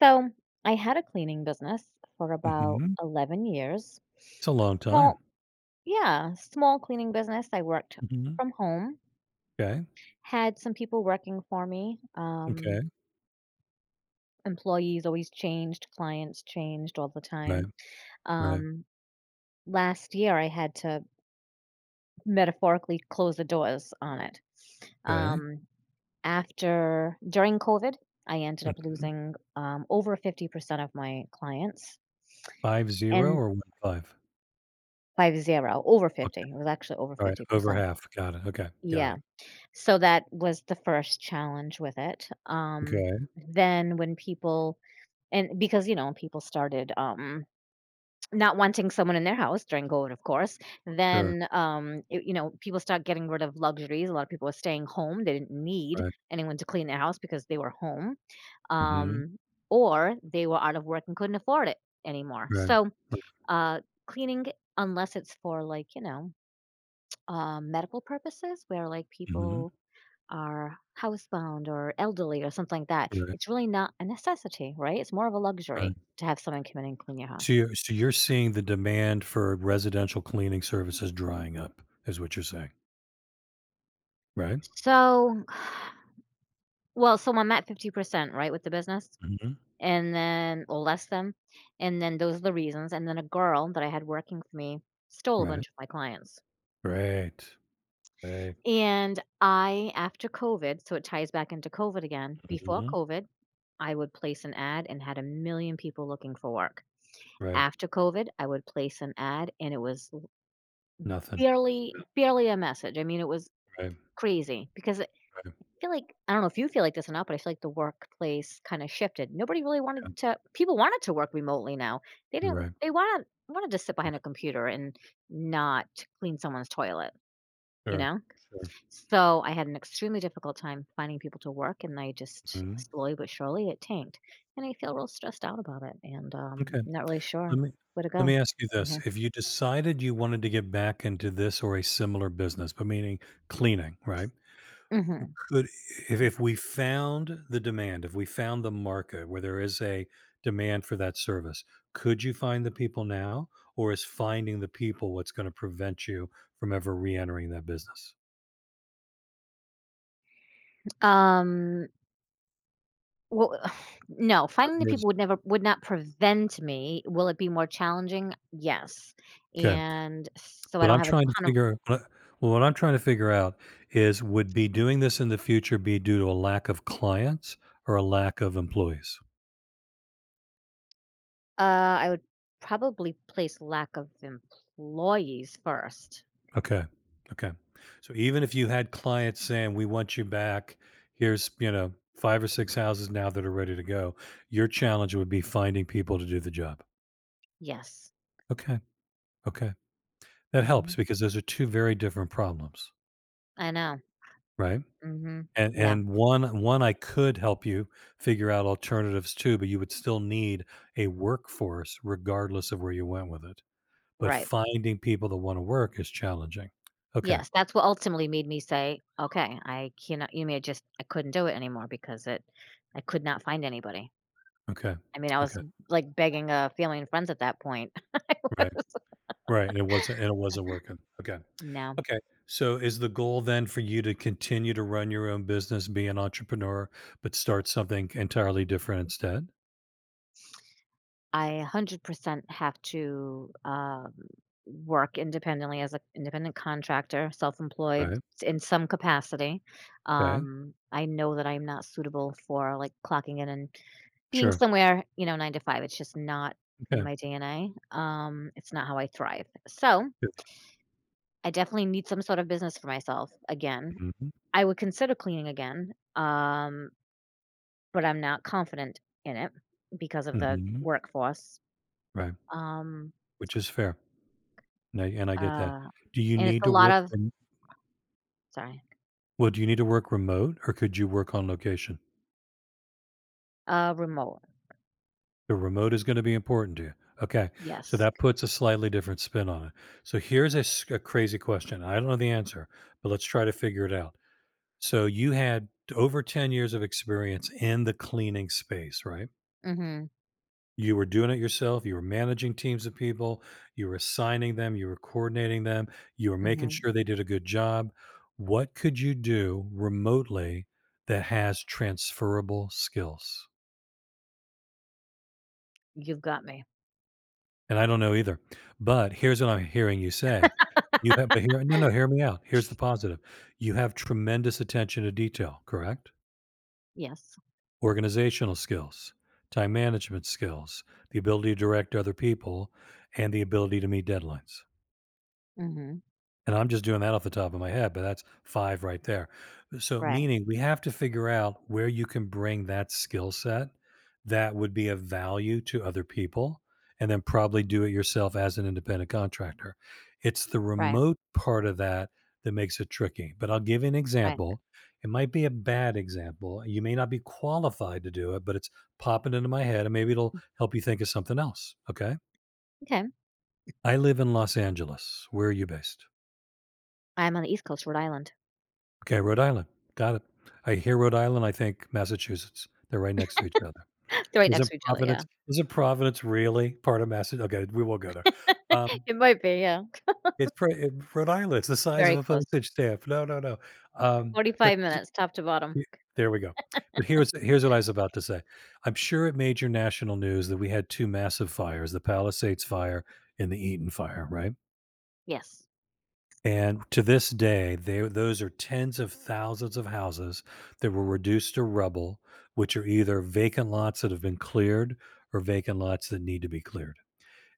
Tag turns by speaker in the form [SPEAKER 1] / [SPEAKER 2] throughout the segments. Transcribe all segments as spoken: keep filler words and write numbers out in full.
[SPEAKER 1] So I had a cleaning business for about
[SPEAKER 2] Mhm.
[SPEAKER 1] eleven years.
[SPEAKER 2] It's a long time.
[SPEAKER 1] Small, yeah, small cleaning business. I worked
[SPEAKER 2] Mhm.
[SPEAKER 1] from home,
[SPEAKER 2] Okay.
[SPEAKER 1] had some people working for me.
[SPEAKER 2] Okay.
[SPEAKER 1] Um, employees always changed, clients changed all the
[SPEAKER 2] Right.
[SPEAKER 1] time.
[SPEAKER 2] Right.
[SPEAKER 1] Um, Last year, I had to metaphorically close the doors on it.
[SPEAKER 2] Okay.
[SPEAKER 1] Um, After, during COVID, I ended up
[SPEAKER 2] Mhm.
[SPEAKER 1] losing um, over fifty percent of my clients.
[SPEAKER 2] five, zero
[SPEAKER 1] And
[SPEAKER 2] or one, five?
[SPEAKER 1] fifty, over
[SPEAKER 2] Okay.
[SPEAKER 1] fifty, it was actually over
[SPEAKER 2] All right. Over
[SPEAKER 1] fifty percent.
[SPEAKER 2] half. Got it. Okay. Got
[SPEAKER 1] Yeah,
[SPEAKER 2] it.
[SPEAKER 1] so that was the first challenge with it, um,
[SPEAKER 2] Okay.
[SPEAKER 1] then when people and because, you know, people started, um, not wanting someone in their house during COVID, of course,
[SPEAKER 2] Sure.
[SPEAKER 1] then, um, y you know, people start getting rid of luxuries, a lot of people were staying home, they didn't need
[SPEAKER 2] Right.
[SPEAKER 1] anyone to clean their house because they were home,
[SPEAKER 2] Mhm.
[SPEAKER 1] um, or they were out of work and couldn't afford it anymore,
[SPEAKER 2] Right.
[SPEAKER 1] so,
[SPEAKER 2] Right.
[SPEAKER 1] uh, cleaning, unless it's for, like, you know, um, medical purposes where like
[SPEAKER 2] Mhm.
[SPEAKER 1] people are housebound or elderly or something like that.
[SPEAKER 2] Right.
[SPEAKER 1] It's really not a necessity, right? It's more of a
[SPEAKER 2] Right.
[SPEAKER 1] luxury to have someone come in and clean your
[SPEAKER 2] So
[SPEAKER 1] house.
[SPEAKER 2] you're so you're seeing the demand for residential cleaning services drying up is what you're saying, right?
[SPEAKER 1] So, well, so I'm at fifty percent, right, with the business
[SPEAKER 2] Mhm.
[SPEAKER 1] and then, or less than. And then those are the reasons. And then a girl that I had working for me stole a
[SPEAKER 2] Right.
[SPEAKER 1] bunch of my clients.
[SPEAKER 2] Right. Right.
[SPEAKER 1] And I, after COVID, so it ties back into COVID again, before
[SPEAKER 2] Mhm.
[SPEAKER 1] COVID, I would place an ad and had a million people looking for work.
[SPEAKER 2] Right.
[SPEAKER 1] After COVID, I would place an ad, and it was
[SPEAKER 2] Nothing.
[SPEAKER 1] barely
[SPEAKER 2] Right.
[SPEAKER 1] barely a message. I mean, it was
[SPEAKER 2] Right.
[SPEAKER 1] crazy because I
[SPEAKER 2] Right.
[SPEAKER 1] feel like I don't know if you feel like this or not, but I feel like the workplace kinda shifted. Nobody really wanted
[SPEAKER 2] Yeah.
[SPEAKER 1] to people wanted to work remotely now. They didn't
[SPEAKER 2] Right.
[SPEAKER 1] they wanted wanted to sit behind a
[SPEAKER 2] Right.
[SPEAKER 1] computer and not clean someone's toilet, you
[SPEAKER 2] Sure.
[SPEAKER 1] know?
[SPEAKER 2] Sure.
[SPEAKER 1] So, I had an extremely difficult time finding people to work, and I just
[SPEAKER 2] Mhm.
[SPEAKER 1] slowly but surely, it tanked, and I feel real stressed out about it, and, um,
[SPEAKER 2] Okay.
[SPEAKER 1] not really
[SPEAKER 2] Let
[SPEAKER 1] sure
[SPEAKER 2] me
[SPEAKER 1] where to
[SPEAKER 2] let
[SPEAKER 1] go.
[SPEAKER 2] me ask you
[SPEAKER 1] Yeah.
[SPEAKER 2] this. If you decided you wanted to get back into this or a similar business, but meaning cleaning, right?
[SPEAKER 1] Mhm.
[SPEAKER 2] Could if, if we found the demand, if we found the market where there is a demand for that service, could you find the people now? Or is finding the people what's going to prevent you from ever re-entering that business?
[SPEAKER 1] Um, well, no,
[SPEAKER 2] In
[SPEAKER 1] finding the
[SPEAKER 2] other words,
[SPEAKER 1] people would never would not prevent me. Will it be more challenging? Yes.
[SPEAKER 2] okay.
[SPEAKER 1] And so I
[SPEAKER 2] What
[SPEAKER 1] don't
[SPEAKER 2] I'm
[SPEAKER 1] have
[SPEAKER 2] trying
[SPEAKER 1] a
[SPEAKER 2] to
[SPEAKER 1] ton of
[SPEAKER 2] figure what I Well, what I'm trying to figure out is would be doing this in the future be due to a lack of clients or a lack of employees?
[SPEAKER 1] uh, I would probably place lack of employees first.
[SPEAKER 2] Okay. Okay. So even if you had clients saying, "We want you back. Here's, you know, five or six houses now that are ready to go," your challenge would be finding people to do the job.
[SPEAKER 1] Yes.
[SPEAKER 2] Okay. Okay. That
[SPEAKER 1] Hmm.
[SPEAKER 2] helps because those are two very different problems,
[SPEAKER 1] I know.
[SPEAKER 2] right?
[SPEAKER 1] Hmm.
[SPEAKER 2] And
[SPEAKER 1] Yeah.
[SPEAKER 2] and one one I could help you figure out alternatives too, but you would still need a workforce regardless of where you went with it. But
[SPEAKER 1] Right.
[SPEAKER 2] finding people that wanna work is challenging. Okay,
[SPEAKER 1] Yes. That's what ultimately made me say, okay, I cannot, you mean I just, I couldn't do it anymore because it, I could not find anybody.
[SPEAKER 2] okay,
[SPEAKER 1] I mean, I was
[SPEAKER 2] okay,
[SPEAKER 1] like begging uh, family and friends at that point.
[SPEAKER 2] right, right, and it wasn't and it wasn't working. Okay,
[SPEAKER 1] No,
[SPEAKER 2] okay. So is the goal then for you to continue to run your own business, be an entrepreneur, but start something entirely different instead?
[SPEAKER 1] I one hundred percent have to, um, work independently as an independent contractor, self-employed
[SPEAKER 2] Right,
[SPEAKER 1] in some capacity.
[SPEAKER 2] okay,
[SPEAKER 1] Um, I know that I'm not suitable for, like, clocking in and being
[SPEAKER 2] sure,
[SPEAKER 1] somewhere, you know, nine to five. It's just not in
[SPEAKER 2] okay,
[SPEAKER 1] my D N A. Um, it's not how I thrive. So,
[SPEAKER 2] good,
[SPEAKER 1] I definitely need some sort of business for myself again.
[SPEAKER 2] mhm,
[SPEAKER 1] I would consider cleaning again, um, but I'm not confident in it because of the
[SPEAKER 2] mhm,
[SPEAKER 1] workforce.
[SPEAKER 2] right,
[SPEAKER 1] Um
[SPEAKER 2] which is fair. And I and I get that.
[SPEAKER 1] Uh,
[SPEAKER 2] Do you
[SPEAKER 1] and it's
[SPEAKER 2] need
[SPEAKER 1] a
[SPEAKER 2] to
[SPEAKER 1] lot
[SPEAKER 2] work
[SPEAKER 1] of
[SPEAKER 2] rem
[SPEAKER 1] sorry,
[SPEAKER 2] Well, do you need to work remote, or could you work on location?
[SPEAKER 1] uh, remote,
[SPEAKER 2] The remote is gonna be important to you. Okay, so
[SPEAKER 1] yes,
[SPEAKER 2] that puts a slightly different spin on it. So here's a s a crazy question, I don't know the answer, but let's try to figure it out. So you had over ten years of experience in the cleaning space, right?
[SPEAKER 1] mhm,
[SPEAKER 2] You were doing it yourself, you were managing teams of people, you were assigning them, you were coordinating them, you were making
[SPEAKER 1] mhm,
[SPEAKER 2] sure they did a good job. What could you do remotely that has transferable skills?
[SPEAKER 1] you've got me,
[SPEAKER 2] And I don't know either, but here's what I'm hearing you say. You have, but here, no, no, hear me out. Here's the positive. You have tremendous attention to detail, correct?
[SPEAKER 1] yes,
[SPEAKER 2] Organizational skills, time management skills, the ability to direct other people, and the ability to meet deadlines.
[SPEAKER 1] mhm,
[SPEAKER 2] And I'm just doing that off the top of my head, but that's five right there. So,
[SPEAKER 1] right,
[SPEAKER 2] meaning we have to figure out where you can bring that skill set that would be of value to other people and then probably do it yourself as an independent contractor. It's the
[SPEAKER 1] right,
[SPEAKER 2] remote part of that that makes it tricky. But I'll give you an
[SPEAKER 1] right,
[SPEAKER 2] example. It might be a bad example. You may not be qualified to do it, but it's popping into my head and maybe it'll help you think of something else. Okay.
[SPEAKER 1] okay,
[SPEAKER 2] I live in Los Angeles. Where are you based?
[SPEAKER 1] I'm on the East Coast, Rhode Island.
[SPEAKER 2] Okay, Rhode Island. Got it. I hear Rhode Island, I think Massachusetts. They're right next to each other.
[SPEAKER 1] They're right next
[SPEAKER 2] Isn't
[SPEAKER 1] to each other, yeah.
[SPEAKER 2] Providence isn't Providence really part of Massachusetts? Okay, we will go there. Um,
[SPEAKER 1] It might be, yeah,
[SPEAKER 2] it's pr it Rhode Island, it's the size of
[SPEAKER 1] very
[SPEAKER 2] a
[SPEAKER 1] close,
[SPEAKER 2] postage stamp. No, no, no. Um, but
[SPEAKER 1] forty-five
[SPEAKER 2] here's,
[SPEAKER 1] minutes top to bottom,
[SPEAKER 2] he there we go. But here's here's what I was about to say. I'm sure it made your national news that we had two massive fires, the Palisades Fire and the Eaton Fire, right?
[SPEAKER 1] yes,
[SPEAKER 2] And to this day, they, those are tens of thousands of houses that were reduced to rubble, which are either vacant lots that have been cleared or vacant lots that need to be cleared.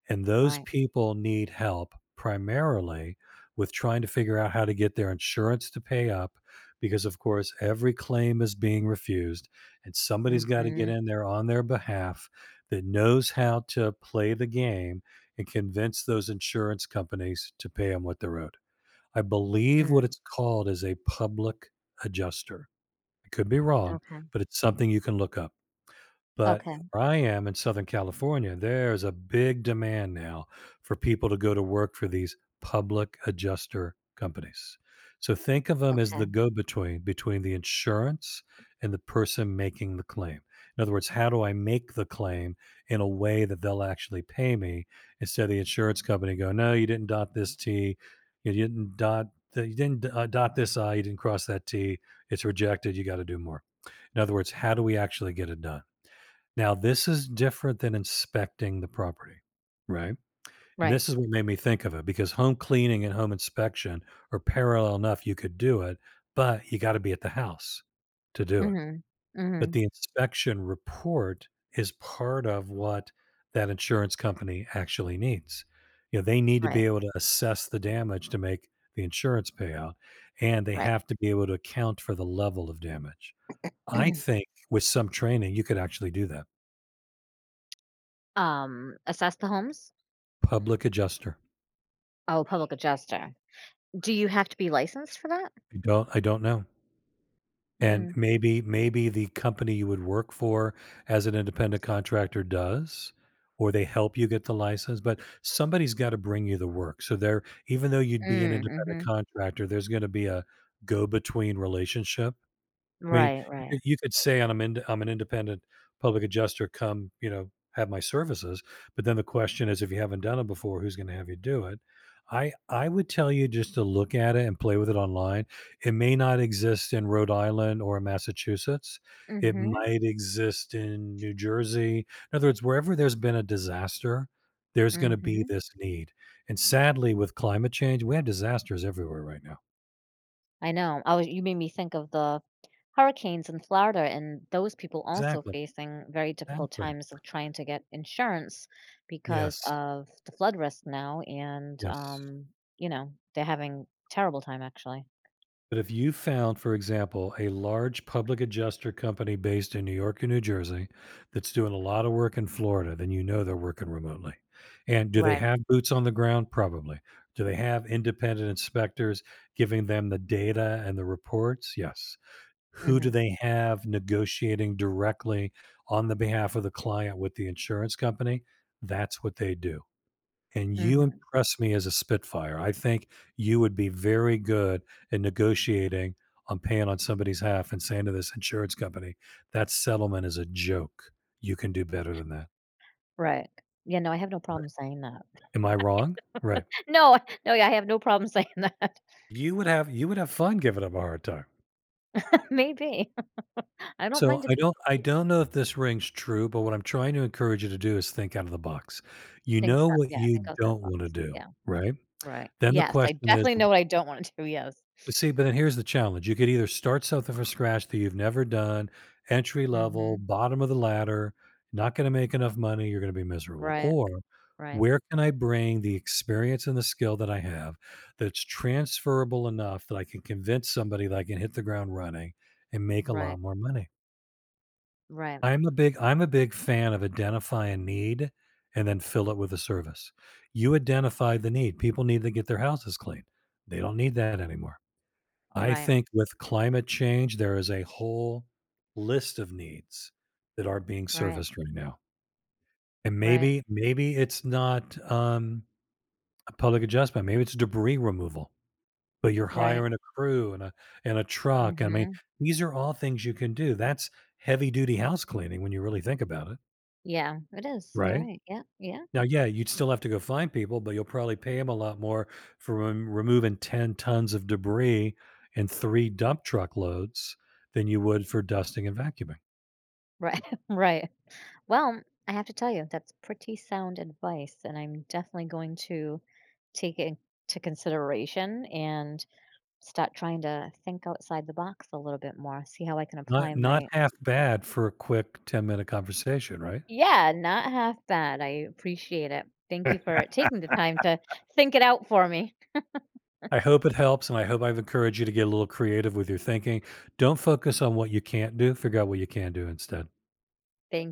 [SPEAKER 2] And those
[SPEAKER 1] right,
[SPEAKER 2] people need help primarily with trying to figure out how to get their insurance to pay up because, of course, every claim is being refused. And somebody's got to get
[SPEAKER 1] mhm,
[SPEAKER 2] in there on their behalf that knows how to play the game and convince those insurance companies to pay them what they're owed. I believe what
[SPEAKER 1] mm,
[SPEAKER 2] it's called is a public adjuster. I could be wrong,
[SPEAKER 1] okay,
[SPEAKER 2] but it's something you can look up. But
[SPEAKER 1] okay,
[SPEAKER 2] where I am in Southern California, there's a big demand now for people to go to work for these public adjuster companies. So think of them as the
[SPEAKER 1] okay,
[SPEAKER 2] go between between the insurance and the person making the claim. In other words, how do I make the claim in a way that they'll actually pay me instead of the insurance company going, no, you didn't dot this T, you didn't dot, the, you didn't uh, dot this I, you didn't cross that T, it's rejected, you got to do more. In other words, how do we actually get it done? Now this is different than inspecting the property, right? And
[SPEAKER 1] right,
[SPEAKER 2] this is what made me think of it because home cleaning and home inspection are parallel enough you could do it, but you gotta be at the house to do it.
[SPEAKER 1] mhm,
[SPEAKER 2] But
[SPEAKER 1] mhm,
[SPEAKER 2] the inspection report is part of what that insurance company actually needs. You know, they need to
[SPEAKER 1] right,
[SPEAKER 2] be able to assess the damage to make the insurance payout, and they
[SPEAKER 1] right.
[SPEAKER 2] have to be able to account for the level of damage. I think with some training, you could actually do that.
[SPEAKER 1] Um, assess the homes?
[SPEAKER 2] Public adjuster.
[SPEAKER 1] Oh, public adjuster. Do you have to be licensed for that?
[SPEAKER 2] I don't I don't know. And
[SPEAKER 1] Mm,
[SPEAKER 2] maybe maybe the company you would work for as an independent contractor does, or they help you get the license, but somebody's gotta bring you the work. So there even though you'd be an
[SPEAKER 1] mm,
[SPEAKER 2] independent
[SPEAKER 1] mhm.
[SPEAKER 2] contractor, there's gonna be a go-between relationship. I mean,
[SPEAKER 1] Right,
[SPEAKER 2] you
[SPEAKER 1] right.
[SPEAKER 2] could you could say I'm ind I'm an independent public adjuster, come, you know, have my services, but then the question is if you haven't done it before, who's gonna have you do it? I I would tell you just to look at it and play with it online. It may not exist in Rhode Island or Massachusetts. It
[SPEAKER 1] Mhm,
[SPEAKER 2] might exist in New Jersey. In other words, wherever there's been a disaster, there's gonna be
[SPEAKER 1] mhm.
[SPEAKER 2] this need, and sadly, with climate change, we have disasters everywhere right now.
[SPEAKER 1] I know. I was you made me think of the hurricanes in Florida and those people also
[SPEAKER 2] Exactly,
[SPEAKER 1] facing very difficult
[SPEAKER 2] exactly.
[SPEAKER 1] times of trying to get insurance because
[SPEAKER 2] Yes,
[SPEAKER 1] of the flood risk now and,
[SPEAKER 2] yes.
[SPEAKER 1] um, you know, they're having terrible time actually.
[SPEAKER 2] But if you found, for example, a large public adjuster company based in New York or New Jersey that's doing a lot of work in Florida, then you know they're working remotely. And do they
[SPEAKER 1] Right.
[SPEAKER 2] have boots on the ground? Probably. Do they have independent inspectors giving them the data and the reports? Yes. Who do
[SPEAKER 1] Mhm,
[SPEAKER 2] they have negotiating directly on the behalf of the client with the insurance company? That's what they do and you
[SPEAKER 1] mhm.
[SPEAKER 2] impress me as a spitfire. I think you would be very good in negotiating on paying on somebody's half and saying to this insurance company, that settlement is a joke. You can do better than that.
[SPEAKER 1] Right. Yeah, no, I have no
[SPEAKER 2] Right.
[SPEAKER 1] problem saying that.
[SPEAKER 2] Am I wrong? Right.
[SPEAKER 1] No, I- no, yeah, I have no problem saying that.
[SPEAKER 2] You would have you would have fun giving them a hard time.
[SPEAKER 1] Maybe. I don't mind
[SPEAKER 2] So
[SPEAKER 1] to
[SPEAKER 2] I don't I don't know if this rings true, but what I'm trying to encourage you to do is think out of the box. You
[SPEAKER 1] think
[SPEAKER 2] know
[SPEAKER 1] so
[SPEAKER 2] what
[SPEAKER 1] yeah, think
[SPEAKER 2] you
[SPEAKER 1] outside the
[SPEAKER 2] don't
[SPEAKER 1] box.
[SPEAKER 2] want to do,
[SPEAKER 1] Yeah.
[SPEAKER 2] right?
[SPEAKER 1] Right.
[SPEAKER 2] Then the
[SPEAKER 1] Yes, I
[SPEAKER 2] question is.
[SPEAKER 1] definitely know what I don't wanna do, yes.
[SPEAKER 2] But see, but then here's the challenge. You could either start something from scratch that you've never done, entry level,
[SPEAKER 1] Mhm.
[SPEAKER 2] bottom of the ladder, not going to make enough money, you're going to be miserable.
[SPEAKER 1] Right,
[SPEAKER 2] Or
[SPEAKER 1] right,
[SPEAKER 2] where can I bring the experience and the skill that I have that's transferable enough that I can convince somebody that I can hit the ground running and make a
[SPEAKER 1] right,
[SPEAKER 2] lot more money?
[SPEAKER 1] right,
[SPEAKER 2] I'm a big I'm a big fan of identify a need and then fill it with a service. You identify the need. People need to get their houses clean. They don't need that anymore. I
[SPEAKER 1] right,
[SPEAKER 2] think with climate change, there is a whole list of needs that are being
[SPEAKER 1] right,
[SPEAKER 2] serviced right now. And
[SPEAKER 1] right,
[SPEAKER 2] maybe maybe it's not, um, a public adjustment, maybe it's debris removal, but you're
[SPEAKER 1] right.
[SPEAKER 2] hiring a crew and a and a truck, I mean,
[SPEAKER 1] Mhm.
[SPEAKER 2] these are all things you can do. That's heavy duty house cleaning when you really think about it,
[SPEAKER 1] Yeah, it is, you're
[SPEAKER 2] right?
[SPEAKER 1] right. Yeah, yeah.
[SPEAKER 2] Now, yeah, you'd still have to go find people, but you'll probably pay them a lot more for rem- removing ten tons of debris in three dump truck loads than you would for dusting and vacuuming.
[SPEAKER 1] Right, right. Well, I have to tell you, that's pretty sound advice, and I'm definitely going to take it into consideration and start trying to think outside the box a little bit more, see how I can apply
[SPEAKER 2] Not not
[SPEAKER 1] my.
[SPEAKER 2] half bad for a quick ten minute conversation, right?
[SPEAKER 1] Yeah, not half bad. I appreciate it. Thank you for taking the time to think it out for me.
[SPEAKER 2] I hope it helps and I hope I've encouraged you to get a little creative with your thinking. Don't focus on what you can't do, figure out what you can do instead.
[SPEAKER 1] Thank